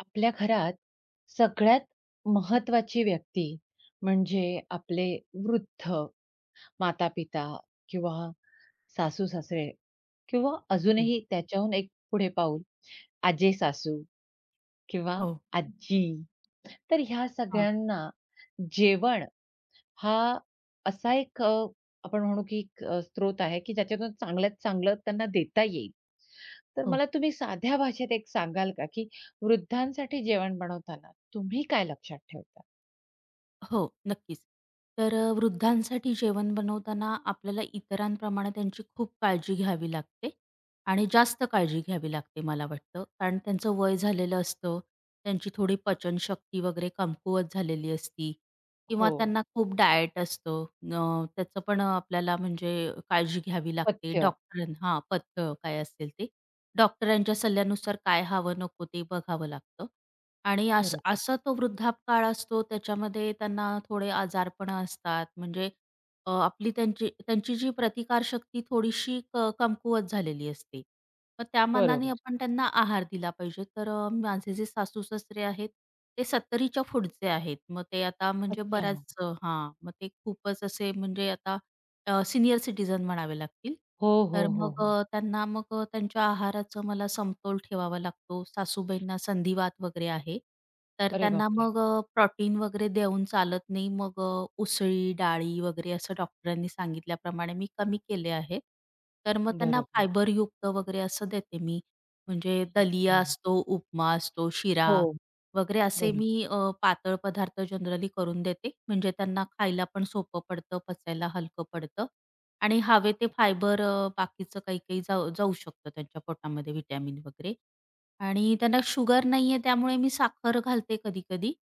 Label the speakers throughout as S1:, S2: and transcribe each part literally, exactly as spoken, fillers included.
S1: आपल्या घरात सगळ्यात महत्वाची व्यक्ती म्हणजे आपले वृद्ध माता-पिता किंवा सासू-सासरे किंवा
S2: हो,
S1: अजूनही त्याच्याहून एक पुढे पाऊल आजे-सासू किंवा
S2: हो.
S1: आजी. तर ह्या
S2: हां,
S1: सगळ्यांना जेवण हा असा एक अ, आपण म्हणू की एक अ, स्रोत आहे, की ज्याच्यातून चांगल्यात चांगलं त्यांना देता येईल. तर
S2: हो,
S1: मला तुम्ही साध्या भाषेत एक सांगाल का, की वृद्धांसाठी जेवण बनवताना तुम्ही काय लक्षात ठेवता?
S2: हो, नक्कीच. तर अ, वृद्धांसाठी जेवण बनवताना आपल्याला इतरांप्रमाणे त्यांची खूप काळजी घ्यावी लागते आणि जास्त काळजी घ्यावी लागते मला वाटतं. कारण त्यांचं वय झालेलं असतं, त्यांची थोडी पचनशक्ती वगैरे कमकुवत झालेली असती किंवा
S1: हो.
S2: त्यांना खूप डाएट असतं. अ, त्याचं पण आपल्याला म्हणजे काळजी घ्यावी लागते.
S1: पथ्य.
S2: डॉक्टर हां, पथ्य काय असेल ते. डॉक्टरांच्या सल्ल्यानुसार काय हवं नको ते बघावं लागतं. आणि असं
S1: बरोबर.
S2: असा तो वृद्धापकाळ असतो त्याच्यामध्ये त्यांना थोडे आजारपण असतात. म्हणजे अ, आपली त्यांची त्यांची जी प्रतिकारशक्ती थोडीशी क कमकुवत झालेली असते. मग त्या मानाने
S1: बरोबर.
S2: आपण त्यांना आहार दिला पाहिजे. तर अ, माझे जे सासू-सासरे आहेत, ते सत्तरच्या पुढचे आहेत. मग ते आता म्हणजे
S1: अच्छा.
S2: बऱ्याच अ, हां, मग ते खूपच असे म्हणजे आता सिनियर सीनियर सिटिझन म्हणावे लागतील.
S1: हो, हो,
S2: तर
S1: हो,
S2: मग
S1: हो.
S2: अ, त्यांना मग अ, त्यांच्या आहाराचं मला समतोल ठेवावा लागतो. सासूबाईंना संधिवात वगैरे आहे. तर
S1: अरे
S2: त्यांना
S1: बापरे!
S2: मग प्रोटीन वगैरे देऊन चालत नाही. मग अ, उसळी, डाळी वगैरे असं डॉक्टरांनी सांगितल्याप्रमाणे मी कमी केले आहे. तर मग त्यांना
S1: बरोबर.
S2: फायबरयुक्त वगैरे असं देते मी. म्हणजे दलिया
S1: अच्छा.
S2: असतो, उपमा असतो, शिरा
S1: हो.
S2: वगैरे असे
S1: बरोबर.
S2: मी अ, पातळ पदार्थ जनरली करून देते. म्हणजे त्यांना खायला पण सोपं पडतं, पचायला हलकं पडतं आणि हवे ते फायबर अ, बाकीचं काही-काही जाऊ जाऊ शकतं त्यांच्या पोटामध्ये व्हिटॅमिन वगैरे. आणि त्यांना शुगर नाहीये त्यामुळे मी साखर घालते कधी-कधी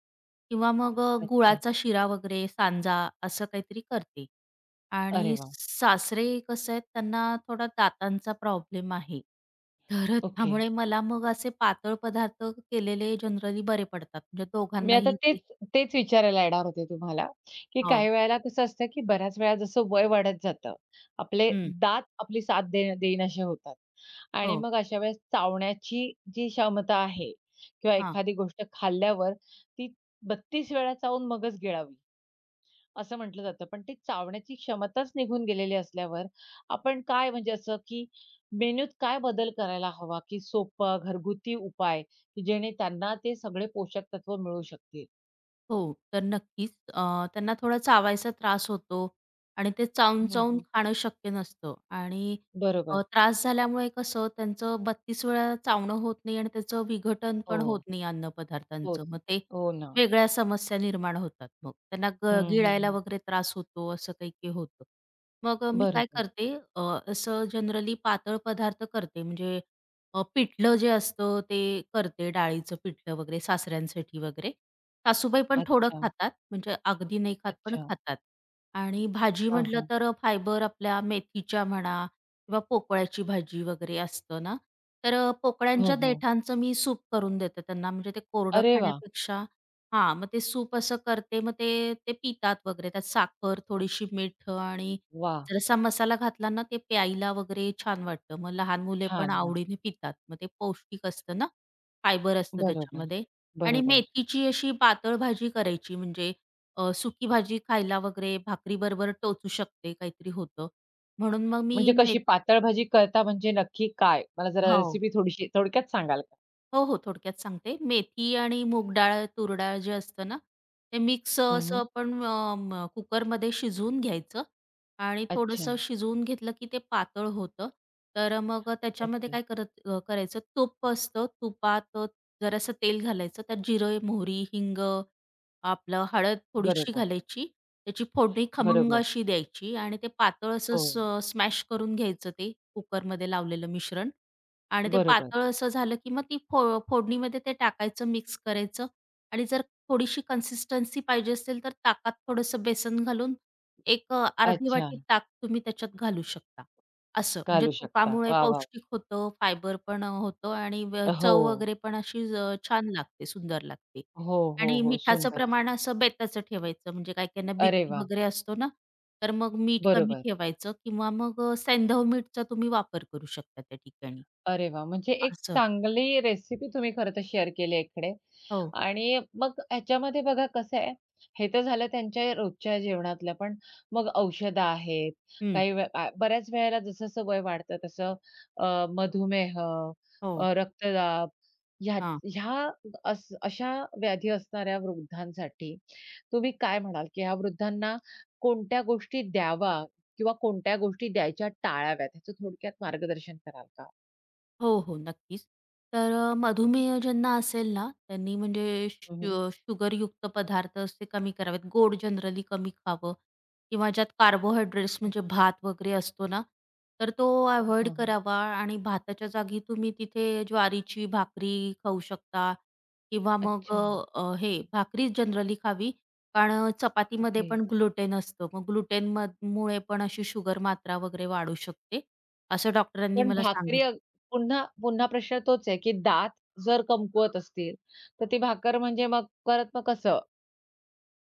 S2: किंवा मग अ,
S1: अच्छा.
S2: गुळाचा शिरा वगैरे, सांजा असं काहीतरी करते.
S1: अरे
S2: आणि
S1: वाह!
S2: सासरे कसं आहे त्यांना थोडा दातांचा प्रॉब्लेम आहे. तर
S1: ओके.
S2: त्यामुळे मला मग असे पातळ पदार्थ केलेले जनरली बरे पडतात. म्हणजे
S1: मी आता
S2: दोघांनाही
S1: तेच
S2: ते
S1: तेच विचारायला येणार होते तुम्हाला, की
S2: हो.
S1: काही वेळेला कसं असतं, की बऱ्याच वेळा जसं वय वाढत जातं, आपले
S2: हं.
S1: दात आपली साथ दे देईनासे होतात आणि
S2: हो.
S1: मग अशा वेळेस चावण्याची जी क्षमता आहे किंवा
S2: हां.
S1: एखादी गोष्ट खाल्ल्यावर ती बत्तीस वेळा चावून मगच गिळावी, असं म्हटलं जातं. पण ती चावण्याची क्षमताच निघून गेलेली असल्यावर आपण काय म्हणजे असं, की मेन्यूत काय बदल करायला हवा, की सोपा घरगुती उपाय, की जेणे त्यांना ते सगळे पोषक तत्व मिळू शकतील?
S2: हो, तर नक्कीच अ, त्यांना थोडा चावायचा त्रास होतो आणि ते
S1: हं,
S2: चावून-चावून
S1: हं.
S2: खाणं शक्य नसतं आणि
S1: बरोबर.
S2: अ, त्रास झाल्यामुळे कसं त्यांचं बत्तीस वेळा चावणं होत नाही आणि त्याचं विघटन
S1: हो,
S2: पण होत नाही
S1: हो,
S2: अन्नपदार्थांचं. मग ते
S1: हो ना.
S2: वेगळ्या समस्या निर्माण होतात मग. त्यांना
S1: हं,
S2: ग
S1: हं,
S2: गिळायला
S1: हं.
S2: वगैरे त्रास होतो, असं काही-काही होतं. मग मी काय
S1: बरोबर.
S2: करते अ, असं जनरली पातळ पदार्थ करते म्हणजे अ, पिठलं जे असतं ते करते डाळीचं पिठलं वगैरे सासऱ्यांसाठी वगैरे सासूबाई पण थोडं
S1: अच्छा,
S2: खातात, म्हणजे अगदी नाही खात, पण
S1: अच्छा.
S2: खातात. आणि भाजी
S1: हां,
S2: म्हटलं
S1: हां.
S2: तर अ, फायबर आपल्या मेथीच्या म्हणा किंवा पोकळ्याची भाजी वगैरे असतं ना, तर अ,
S1: हो,
S2: पोकळ्यांच्या
S1: हो.
S2: देठांचं मी सूप करून देते त्यांना. म्हणजे ते कोरडं
S1: अरे वाह!
S2: खाण्यापेक्षा हां, मग ते सूप असं करते, मग ते ते पितात वगैरे. त्यात साखर, थोडीशी मीठ आणि
S1: वाह!
S2: जरासा मसाला घातला ना, ते प्यायला वगैरे छान वाटतं. मग लहान मुले पण
S1: छान. हां.
S2: आवडीने पितात. मग ते पौष्टिक असतं ना, फायबर असतं
S1: बरोबर,
S2: त्याच्यामध्ये. आणि
S1: बरोबर.
S2: मेथीची अशी पातळ भाजी करायची म्हणजे अ, सुकी भाजी खायला वगैरे भाकरीबरोबर टोचू शकते, काहीतरी होतं. म्हणून मग मी
S1: म्हणजे
S2: मेथ
S1: कशी पातळ भाजी करता म्हणजे नक्की काय? मला जरा
S2: हो.
S1: रेसिपी थोडीशी थोडक्यात सांगाल का?
S2: हो, हो. थोडक्यात सांगते. मेथी आणि मूग डाळ, तूर डाळ जे असतं ना, ते मिक्स
S1: हं,
S2: असं
S1: हं.
S2: आपण अ, म कुकरमध्ये शिजवून घ्यायचं आणि
S1: अच्छा.
S2: थोडंसं शिजवून घेतलं की ते पातळ होतं. तर मग त्याच्यामध्ये
S1: ओके.
S2: काय करत अ, करायचं तूप असतं. तुपात अ, जरासं तेल घालायचं. त्यात जिरं, मोहरी, हिंग, आपलं हळद थोडीशी
S1: बरोबर,
S2: घालायची. त्याची फोडणी खमंग
S1: बरोबर.
S2: अशी द्यायची आणि ते पातळ
S1: हो,
S2: असं स्मॅश करून घ्यायचं ते कुकरमध्ये लावलेलं मिश्रण. आणि ते
S1: बरोबर.
S2: पातळ असं झालं, की मग ती फो फोडणीमध्ये ते टाकायचं, मिक्स करायचं आणि जर थोडीशी कन्सिस्टन्सी पाहिजे असेल, तर ताकात थोडंसं बेसन घालून एक अ, अर्धी
S1: अच्छा.
S2: वाटी ताक तुम्ही त्याच्यात घालू शकता. असं म्हणजे
S1: घालू शकता.
S2: तुपामुळे
S1: वाह, वाह!
S2: पौष्टिक होतं, फायबर पण अ, होतं आणि व
S1: हो,
S2: चव वगैरे पण अशी अ, छान लागते, सुंदर लागते.
S1: हो, हो,
S2: आणि
S1: हो.
S2: मिठाचं
S1: सुंदर,
S2: प्रमाण
S1: सुंदर.
S2: असं बेताचं ठेवायचं, म्हणजे काही-काहींना
S1: अरे
S2: बीपी
S1: वाह!
S2: वगैरे असतो ना, तर मग मीठ कमी
S1: बरोबर.
S2: ठेवायचं किंवा मग अ, सैंधव मीठचा तुम्ही वापर करू शकता त्या ठिकाणी.
S1: अरे वा, म्हणजे एक
S2: असं.
S1: चांगली रेसिपी तुम्ही खरं तर शेअर केली आहे इकडे.
S2: हो.
S1: आणि मग ह्याच्यामध्ये बघा कसं आहे, हे तर झालं त्यांच्या रोजच्या जेवणातलं. पण मग औषधं आहेत,
S2: हं.
S1: काही वे आ बऱ्याच वेळेला जसं-जसं वय वाढतं तसं अ, मधुमेह,
S2: हो.
S1: अ, रक्तदाब ह्या
S2: हां.
S1: ह्या अस अशा व्याधी असणाऱ्या वृद्धांसाठी तुम्ही काय म्हणाल, की ह्या वृद्धांना कोणत्या गोष्टी द्यावा किंवा कोणत्या गोष्टी द्यायच्या टाळाव्यात, ह्याचं थोडक्यात मार्गदर्शन कराल का?
S2: हो, हो. नक्कीच. तर अ, मधुमेह ज्यांना असेल ना, त्यांनी म्हणजे
S1: हं,
S2: शु शुगरयुक्त पदार्थ असे कमी करावेत. गोड जनरली कमी खावं किंवा ज्यात कार्बोहायड्रेट्स
S1: अच्छा.
S2: म्हणजे भात वगैरे असतो ना, तर तो
S1: हां,
S2: अव्हॉइड
S1: हां.
S2: करावा आणि भाताच्या जागी तुम्ही तिथे ज्वारीची भाकरी खाऊ शकता किंवा मग
S1: अच्छा.
S2: अ, हे भाकरीच जनरली खावी. कारण चपातीमध्ये
S1: ओके.
S2: पण ग्लुटेन असतं. मग ग्लुटेन मुळे पण अशी शुगर मात्रा वगैरे वाढू शकते, असं डॉक्टरांनी
S1: पण
S2: मला
S1: भाकरी अ,
S2: सांगितलं.
S1: पुन्हा पुन्हा प्रश्न तोच आहे, की दात जर कमकुवत असतील, तर ती भाकर म्हणजे मग परत मग कसं?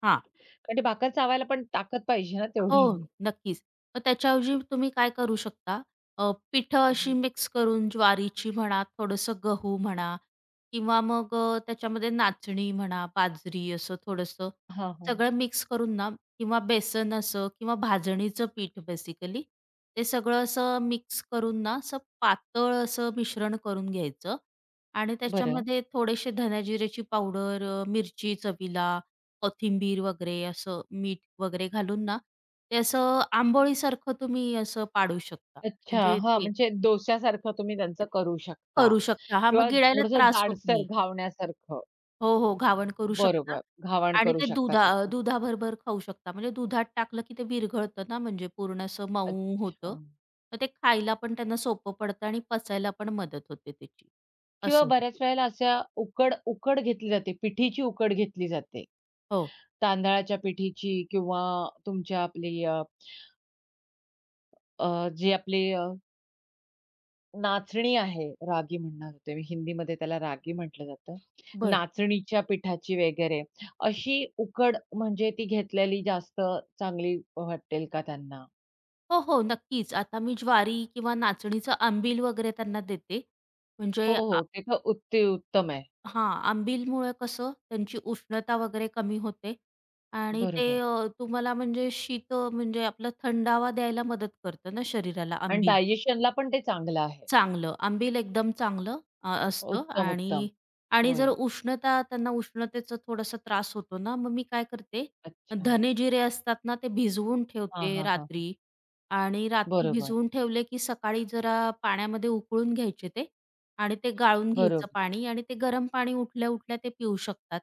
S2: हां.
S1: कारण ती भाकर चावायला पण ताकद पाहिजे ना
S2: हो,
S1: तेवढी.
S2: नक्कीच. मग त्याच्याऐवजी तुम्ही काय करू शकता, अ, पिठं
S1: हं,
S2: अशी
S1: हं.
S2: मिक्स करून ज्वारीची म्हणा, थोडंसं गहू म्हणा किंवा मग अ, त्याच्यामध्ये नाचणी म्हणा, बाजरी असं थोडंसं
S1: हां,
S2: सगळं मिक्स करून ना किंवा बेसन असं किंवा भाजणीचं पीठ बेसिकली ते सगळं असं मिक्स करून ना, असं पातळ असं मिश्रण करून घ्यायचं आणि
S1: बरं.
S2: त्याच्यामध्ये थोडेसे धन्याजिऱ्याची पावडर, अ, मिरची चवीला, कोथिंबीर वगैरे असं मीठ वगैरे घालून ना ते असं आंबोळीसारखं तुम्ही असं पाडू शकता.
S1: अच्छा.
S2: म्हणजे
S1: हां,
S2: ते
S1: म्हणजे डोश्यासारखं तुम्ही त्यांचं करू शकता
S2: करू शकता. हां, मग
S1: किंवा
S2: गिळायला
S1: थोडंसं
S2: त्रास होत
S1: जाडसर
S2: नाही.
S1: घावण्यासारखं.
S2: हो, हो. घावण करू शकता
S1: बरोबर. घावण
S2: आणि
S1: करू
S2: ते
S1: शकता
S2: दुधा अ,
S1: त्याचं.
S2: दुधाबरोबर खाऊ शकता. म्हणजे दुधात टाकलं की ते विरघळतं ना, म्हणजे पूर्ण असं मऊ होतं.
S1: अच्छा.
S2: मग ते खायला पण त्यांना सोपं पडतं आणि पचायला पण मदत होते त्याची.
S1: किंवा
S2: असं
S1: बऱ्याच
S2: होतं.
S1: वेळेला अशा उकड उकड घेतली जाते. पिठीची उकड घेतली जाते.
S2: हो,
S1: तांदळाच्या पिठीची किंवा तुमच्या आपली अ, अ, जी आपली अ, नाचणी आहे, रागी म्हणणार होते मी, हिंदीमध्ये त्याला रागी म्हटलं जातं.
S2: बरं.
S1: नाचणीच्या पिठाची वगैरे अशी उकड म्हणजे ती घेतलेली जास्त चांगली वाटेल का त्यांना?
S2: हो, हो. नक्कीच. आता मी ज्वारी किंवा नाचणीचं आंबील वगैरे त्यांना देते.
S1: हो,
S2: म्हणजे
S1: हो. ते तर उत्ती उत्तम आहे.
S2: हां, आंबीलमुळं कसं त्यांची उष्णता वगैरे कमी होते आणि ते
S1: बरोबर
S2: अ, तुम्हाला म्हणजे शीत म्हणजे आपला थंडावा द्यायला मदत करतं ना शरीराला
S1: आणि
S2: आंबील.
S1: डायजेशनला पण ते चांगलं आहे.
S2: चांगलं, आंबील एकदम चांगलं अ, असतं
S1: उत्तम, उत्तम.
S2: आणि आणि जर
S1: होय.
S2: उष्णता त्यांना उष्णतेचा थोडासा त्रास होतो ना, मग मी काय करते,
S1: अच्छा.
S2: धने जिरे असतात ना, ते भिजवून
S1: हां,
S2: ठेवते
S1: हां, हां.
S2: रात्री आणि रात्री
S1: बरोबर,
S2: भिजवून ठेवले की सकाळी जरा पाण्यामध्ये उकळून घ्यायचे ते आणि ते गाळून घ्यायचं
S1: बरोबर,
S2: पाणी आणि ते गरम पाणी उठल्या-उठल्या ते पिऊ शकतात.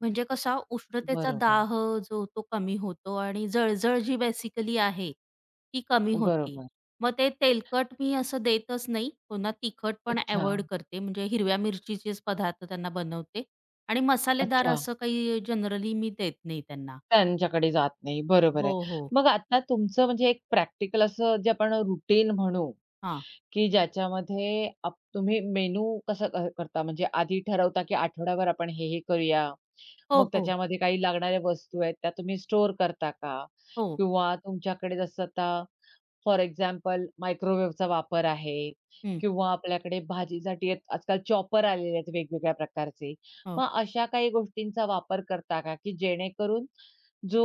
S2: म्हणजे कसा उष्णतेचा
S1: बरोबर,
S2: दाह जो तो कमी होतो आणि जळजळ जी बेसिकली आहे, ती कमी होते.
S1: बरोबर.
S2: मग ते तेलकट मी असं देतच नाही. पुन्हा तिखट पण
S1: अच्छा,
S2: अव्हॉइड करते. म्हणजे हिरव्या मिरचीचेच पदार्थ त्यांना बनवते आणि मसालेदार
S1: अच्छा.
S2: असं काही जनरली मी देत नाही त्यांना.
S1: त्यांच्याकडे जात नाही. बरोबर
S2: हो,
S1: आहे.
S2: हो.
S1: मग आता तुमचं म्हणजे एक प्रॅक्टिकल असं जे आपण रुटीन म्हणू,
S2: हां.
S1: की ज्याच्यामध्ये आप तुम्ही मेनू कसं क करता? म्हणजे आधी ठरवता, की आठवड्याभर आपण हे, हे करूया.
S2: हो,
S1: मग
S2: हो.
S1: त्याच्यामध्ये काही लागणाऱ्या वस्तू आहेत, त्या तुम्ही स्टोअर करता का?
S2: हो.
S1: किंवा तुमच्याकडे जसं आता फॉर एक्झाम्पल मायक्रोवेव्हचा वापर आहे
S2: हं.
S1: किंवा आपल्याकडे भाजीसाठी आहेत, आजकाल चॉपर आलेले आहेत वेगवेगळ्या प्रकारचे.
S2: हो.
S1: मग अशा काही गोष्टींचा वापर करता का, की जेणेकरून जो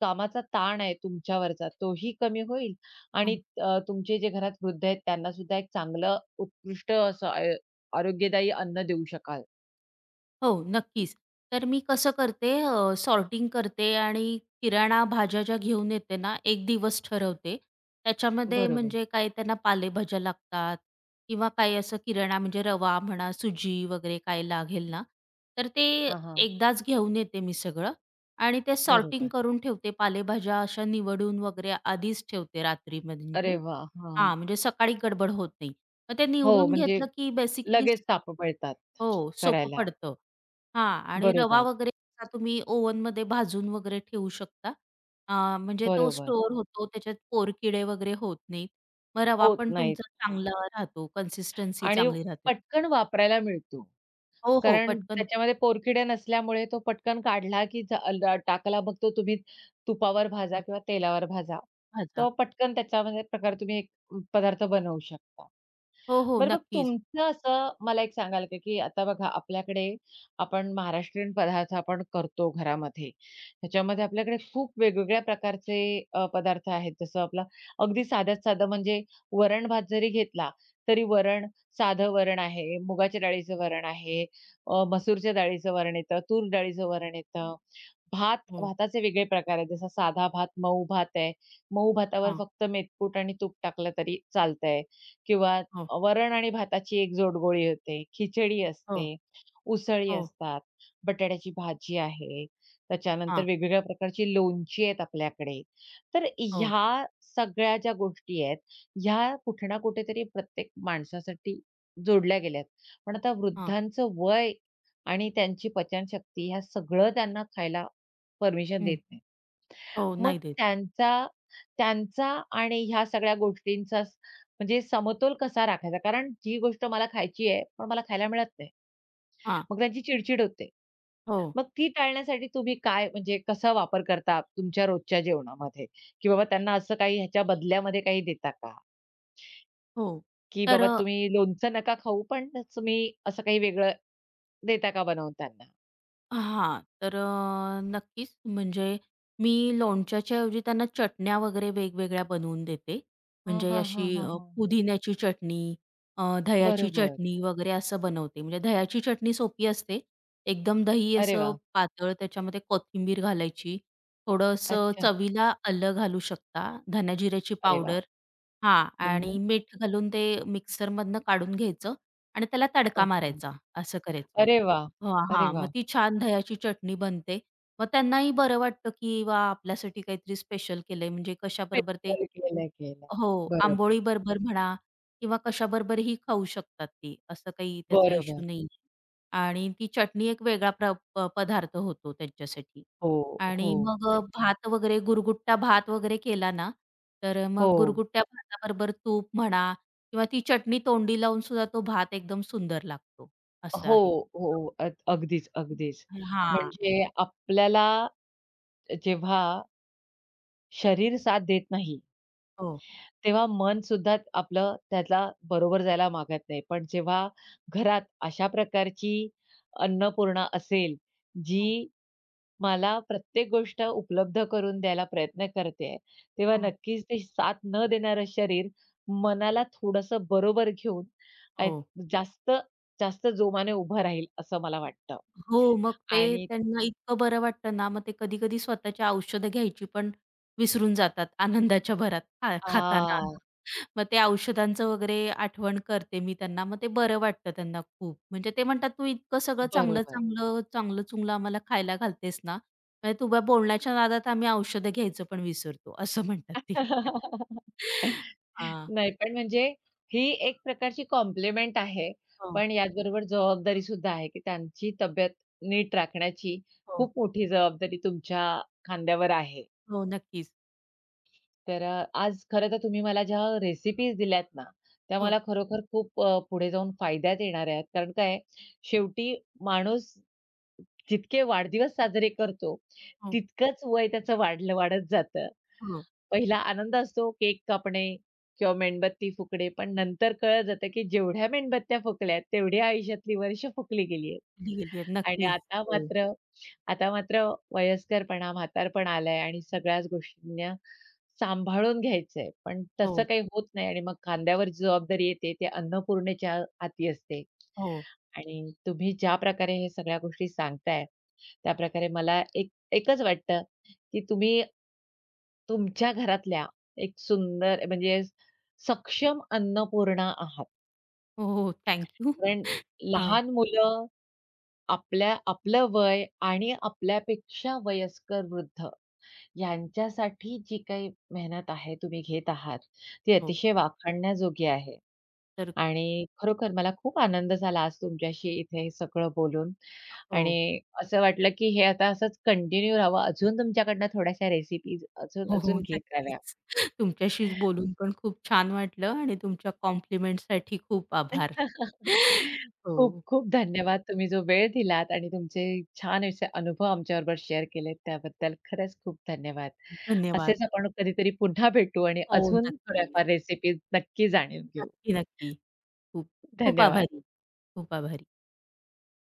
S1: कामाचा ताण आहे तुमच्यावरचा तोही कमी होईल आणि
S2: हं.
S1: अ, तुमचे जे घरात वृद्ध आहेत त्यांना सुद्धा एक चांगलं उत्कृष्ट असं आय आरोग्यदायी अन्न देऊ शकाल.
S2: हो, नक्कीच. तर मी कसं करते सॉर्टिंग करते आणि किराणा भाज्या ज्या घेऊन येते ना, एक दिवस ठरवते. त्याच्यामध्ये
S1: बरोबर.
S2: म्हणजे काय त्यांना पालेभाज्या लागतात किंवा काही असं किराणा म्हणजे रवा म्हणा, सुजी वगैरे काय लागेल ना, तर ते
S1: हां, हां.
S2: एकदाच घेऊन येते मी सगळं आणि ते सॉर्टिंग
S1: बरोबर.
S2: करून ठेवते. पालेभाज्या अशा निवडून वगैरे आधीच ठेवते रात्री
S1: अरे
S2: म्हणजे
S1: वाह! हां.
S2: हां, म्हणजे सकाळी गडबड होत नाही. मग ते
S1: हो,
S2: निवडून
S1: म्हणजे
S2: घेतलं की बेसिकली
S1: लगेच ताप मिळतात
S2: हो, सोपं
S1: करायला.
S2: पडतं. हां आणि रवा
S1: बरोबर,
S2: वगैरे असा तुम्ही ओव्हनमध्ये भाजून वगैरे ठेवू शकता. अ, म्हणजे तो
S1: बरोबर.
S2: स्टोअर होतो, त्याच्यात पोरकिडे वगैरे होत नाहीत. मग रवा
S1: होत
S2: पण
S1: नाही.
S2: तुमचा चांगला राहतो, कन्सिस्टन्सी
S1: आणि
S2: चांगली राहते.
S1: पटकन वापरायला मिळतो.
S2: हो, हो,
S1: कारण
S2: पटकन
S1: त्याच्यामध्ये पोरकिड्या नसल्यामुळे तो पटकन काढला, की झाल टाकला मग तो तुम्ही तुपावर भाजा
S2: अ,
S1: किंवा तेलावर भाजा.
S2: भाजा.
S1: तो पटकन त्याच्यामध्ये प्रकार तुम्ही एक पदार्थ बनवू शकता.
S2: हो, हो,
S1: बरं मग
S2: नक्कीच.
S1: तुमचं असं मला एक सांगाल का, की आता बघा आपल्याकडे आपण महाराष्ट्रीयन पदार्थ आपण करतो घरामध्ये. त्याच्यामध्ये आपल्याकडे खूप वेगवेगळ्या प्रकारचे अ, पदार्थ आहेत. जसं आपलं अगदी साध्यात साधं म्हणजे वरण-भात जरी घेतला, तरी वरण साधं वरण आहे, मुगाच्या डाळीचं वरण आहे, अ, मसूरच्या डाळीचं वरण येतं, तूर डाळीचं वरण येतं. भात
S2: हो,
S1: भाताचे वेगळे प्रकार आहेत. जसा साधा भात, मऊ भात आहे. मऊ भातावर
S2: हां,
S1: फक्त मेदकूट आणि तूप टाकलं तरी चालतंय किंवा
S2: हो,
S1: वरण आणि भाताची एक जोडगोळी होते, खिचडी
S2: हो,
S1: असते, उसळी
S2: हो,
S1: असतात, बटाट्याची भाजी आहे, त्याच्यानंतर
S2: हां,
S1: वेगवेगळ्या प्रकारची लोणची आहेत आपल्याकडे. तर
S2: हो,
S1: ह्या सगळ्या ज्या गोष्टी आहेत, ह्या कुठे ना कुठेतरी प्रत्येक माणसासाठी जोडल्या गेल्यात. पण आता
S2: हां,
S1: वृद्धांचं वय आणि त्यांची पचनशक्ती ह्या सगळं त्यांना खायला परमिशन
S2: हं,
S1: देत नाही.
S2: हो,
S1: मग
S2: नाही देत.
S1: त्यांचा त्यांचा आणि ह्या सगळ्या गोष्टींचा स म्हणजे समतोल कसा राखायचा? कारण जी गोष्ट मला खायची आहे, पण मला खायला मिळत नाही.
S2: हां,
S1: मग त्यांची चिड होते.
S2: हो,
S1: मग ती टाळण्यासाठी तुम्ही काय म्हणजे कसा वापर करता तुमच्या रोजच्या जेवणामध्ये? की बाबा त्यांना असं काही ह्याच्या बदल्यामध्ये काही देता का?
S2: हो.
S1: की
S2: तर
S1: बाबा तुम्ही लोणचं नका खाऊ, पण तुम्ही असं काही वेगळं देता का बनवून त्यांना?
S2: हां, तर अ, नक्कीच म्हणजे मी लोणच्याच्या ऐवजी त्यांना चटण्या वगैरे वेगवेगळ्या बनवून देते.
S1: हां,
S2: म्हणजे
S1: हां, हां,
S2: अशी
S1: हां,
S2: अ,
S1: हां.
S2: पुदिन्याची चटणी, अ, दह्याची
S1: बरोबर.
S2: चटणी वगैरे असं बनवते. म्हणजे दह्याची चटणी सोपी असते. एकदम दही
S1: अरे
S2: असं
S1: वाह!
S2: पातळ त्याच्यामध्ये कोथिंबीर घालायची. थोडंसं
S1: अच्छा.
S2: चवीला आलं घालू शकता, धण्याजिऱ्याची
S1: अरे वाह!
S2: पावडर हां आणि
S1: हं,
S2: मीठ घालून ते मिक्सरमधनं काढून घ्यायचं आणि त्याला तडका
S1: ओके.
S2: मारायचा असं करायचं.
S1: अरे वाह!
S2: हां,
S1: अरे
S2: हां. मग
S1: वाह!
S2: ती छान दह्याची चटणी बनते. मग त्यांनाही बरं वाटतं, की वा आपल्यासाठी काहीतरी स्पेशल केलंय म्हणजे कशाबरोबर ते
S1: फेस्टिव्हल केलंय, केलंय.
S2: हो,
S1: बरोबर,
S2: आंबोळी बरोबर म्हणा किंवा कशाबरोबरही खाऊ शकतात ती. असं काही त्याचा
S1: बरोबर.
S2: इश्यू नाहीये. आणि ती चटणी एक वेगळा प्र प पदार्थ होतो त्यांच्यासाठी.
S1: हो,
S2: आणि
S1: हो,
S2: मग भात वगैरे गुरगुट्टा भात वगैरे केला ना, तर मग
S1: हो,
S2: गुरगुट्ट्या भाताबरोबर तूप म्हणा किंवा ती चटणी तोंडी लावून सुद्धा तो भात एकदम सुंदर लागतो. असं
S1: हो,
S2: आहे.
S1: हो. अ, अगदीच, अगदीच.
S2: हां.
S1: म्हणजे आपल्याला जेव्हा शरीर साथ देत नाही,
S2: हो.
S1: तेव्हा मन सुद्धा आपलं त्याला बरोबर जायला मागत नाही. पण जेव्हा घरात अशा प्रकारची अन्नपूर्णा असेल,
S2: हो.
S1: जी मला प्रत्येक गोष्ट उपलब्ध करून द्यायला प्रयत्न करतेय, तेव्हा
S2: हं.
S1: नक्कीच ते साथ न देणारं शरीर मनाला थोडंसं बरोबर घेऊन अ,
S2: हो.
S1: जास्त जास्त जोमाने उभं राहील असं मला वाटतं.
S2: हो, मग ते
S1: आणि
S2: त्यांना इतकं बरं वाटतं ना, मग ते कधी-कधी स्वतःची औषधं घ्यायची पण विसरून जातात आनंदाच्या भरात खा खाताना.
S1: हां,
S2: मग ते औषधांचं वगैरे आठवण करते मी त्यांना. मग ते बरं वाटतं त्यांना खूप. म्हणजे ते म्हणतात, "तू इतकं सगळं
S1: बरोबर.
S2: चांगलं-चांगलं, चांगलं-चुंगलं आम्हाला खायला घालतेस ना, म्हणजे तुझ्या बोलण्याच्या नादात आम्ही औषधं घ्यायचं पण विसरतो." असं म्हणतात ते. हां.
S1: नाही, पण म्हणजे ही एक प्रकारची कॉम्प्लिमेंट आहे.
S2: हो,
S1: पण याचबरोबर जबाबदारी सुद्धा आहे, की त्यांची तब्येत नीट राखण्याची
S2: हो.
S1: खूप मोठी जबाबदारी तुमच्या खांद्यावर आहे.
S2: हो, नक्कीच.
S1: तर अ, आज खरं तर तुम्ही मला ज्या रेसिपीज दिल्यात ना, त्या
S2: हो,
S1: मला खरोखर खूप अ, पुढे जाऊन फायद्यात येणार आहेत. कारण काय आहे, शेवटी माणूस जितके वाढदिवस साजरे करतो,
S2: हो,
S1: तितकंच वय त्याचं वाढलं वाढत जातं.
S2: हो.
S1: पहिला आनंद असतो केक कापणे किंवा मेणबत्ती फुकणे, पण नंतर कळत जातं, की जेवढ्या मेणबत्त्या फुकल्यात, तेवढी आयुष्यातली वर्ष फुकली गेली
S2: दिली गेली आहे.
S1: आणि
S2: नक्कीच.
S1: आता
S2: हो.
S1: मात्र आता मात्र वयस्करपणा, म्हातारपण आलंय आणि सगळ्याच गोष्टींना सांभाळून घ्यायचंय. पण तसं
S2: हो,
S1: काही होत नाही आणि मग खांद्यावर जी जबाबदारी येते ते अन्नपूर्णेच्या हाती असते.
S2: हो.
S1: आणि तुम्ही ज्या प्रकारे हे सगळ्या गोष्टी सांगताय, त्याप्रकारे मला एक एकच वाटतं, की तुम्ही तुमच्या घरातल्या एक सुंदर म्हणजे सक्षम अन्नपूर्णा आहात.
S2: हो, हो. Thank you.
S1: कारण
S2: हां.
S1: लहान मुलं आपल्या आपलं वय आणि आपल्यापेक्षा वयस्कर वृद्ध यांच्यासाठी जी काही मेहनत आहे तुम्ही घेत आहात, ती
S2: हो.
S1: अतिशय वाखाणण्याजोगी आहे.
S2: तर
S1: आणि खरोखर मला खूप आनंद झाला आज तुमच्याशी इथे हे सगळं बोलून
S2: हो.
S1: आणि असं वाटलं की हे आता असंच कंटिन्यू राहावं. अजून तुमच्याकडनं थोड्याशा रेसिपीज अजून,
S2: हो, हो.
S1: अजून घेत राहाव्या.
S2: नक्कीच. तुमच्याशी बोलून पण खूप छान वाटलं आणि तुमच्या कॉम्प्लिमेंटसाठी खूप आभार. हो.
S1: खूप-खूप धन्यवाद. तुम्ही जो वेळ दिलात आणि तुमचे छान असे अनुभव आमच्याबरोबर शेअर केलेत त्याबद्दल खरंच खूप धन्यवाद.
S2: धन्यवाद.
S1: असेच आपण कधीतरी पुन्हा भेटू आणि
S2: हो.
S1: अजून
S2: नक्की.
S1: थोड्याफार रेसिपी नक्की जाणून घेऊ.
S2: नक्की, नक्की. खूप, खूप
S1: धन्यवाद.
S2: आभारी. खूप आभारी.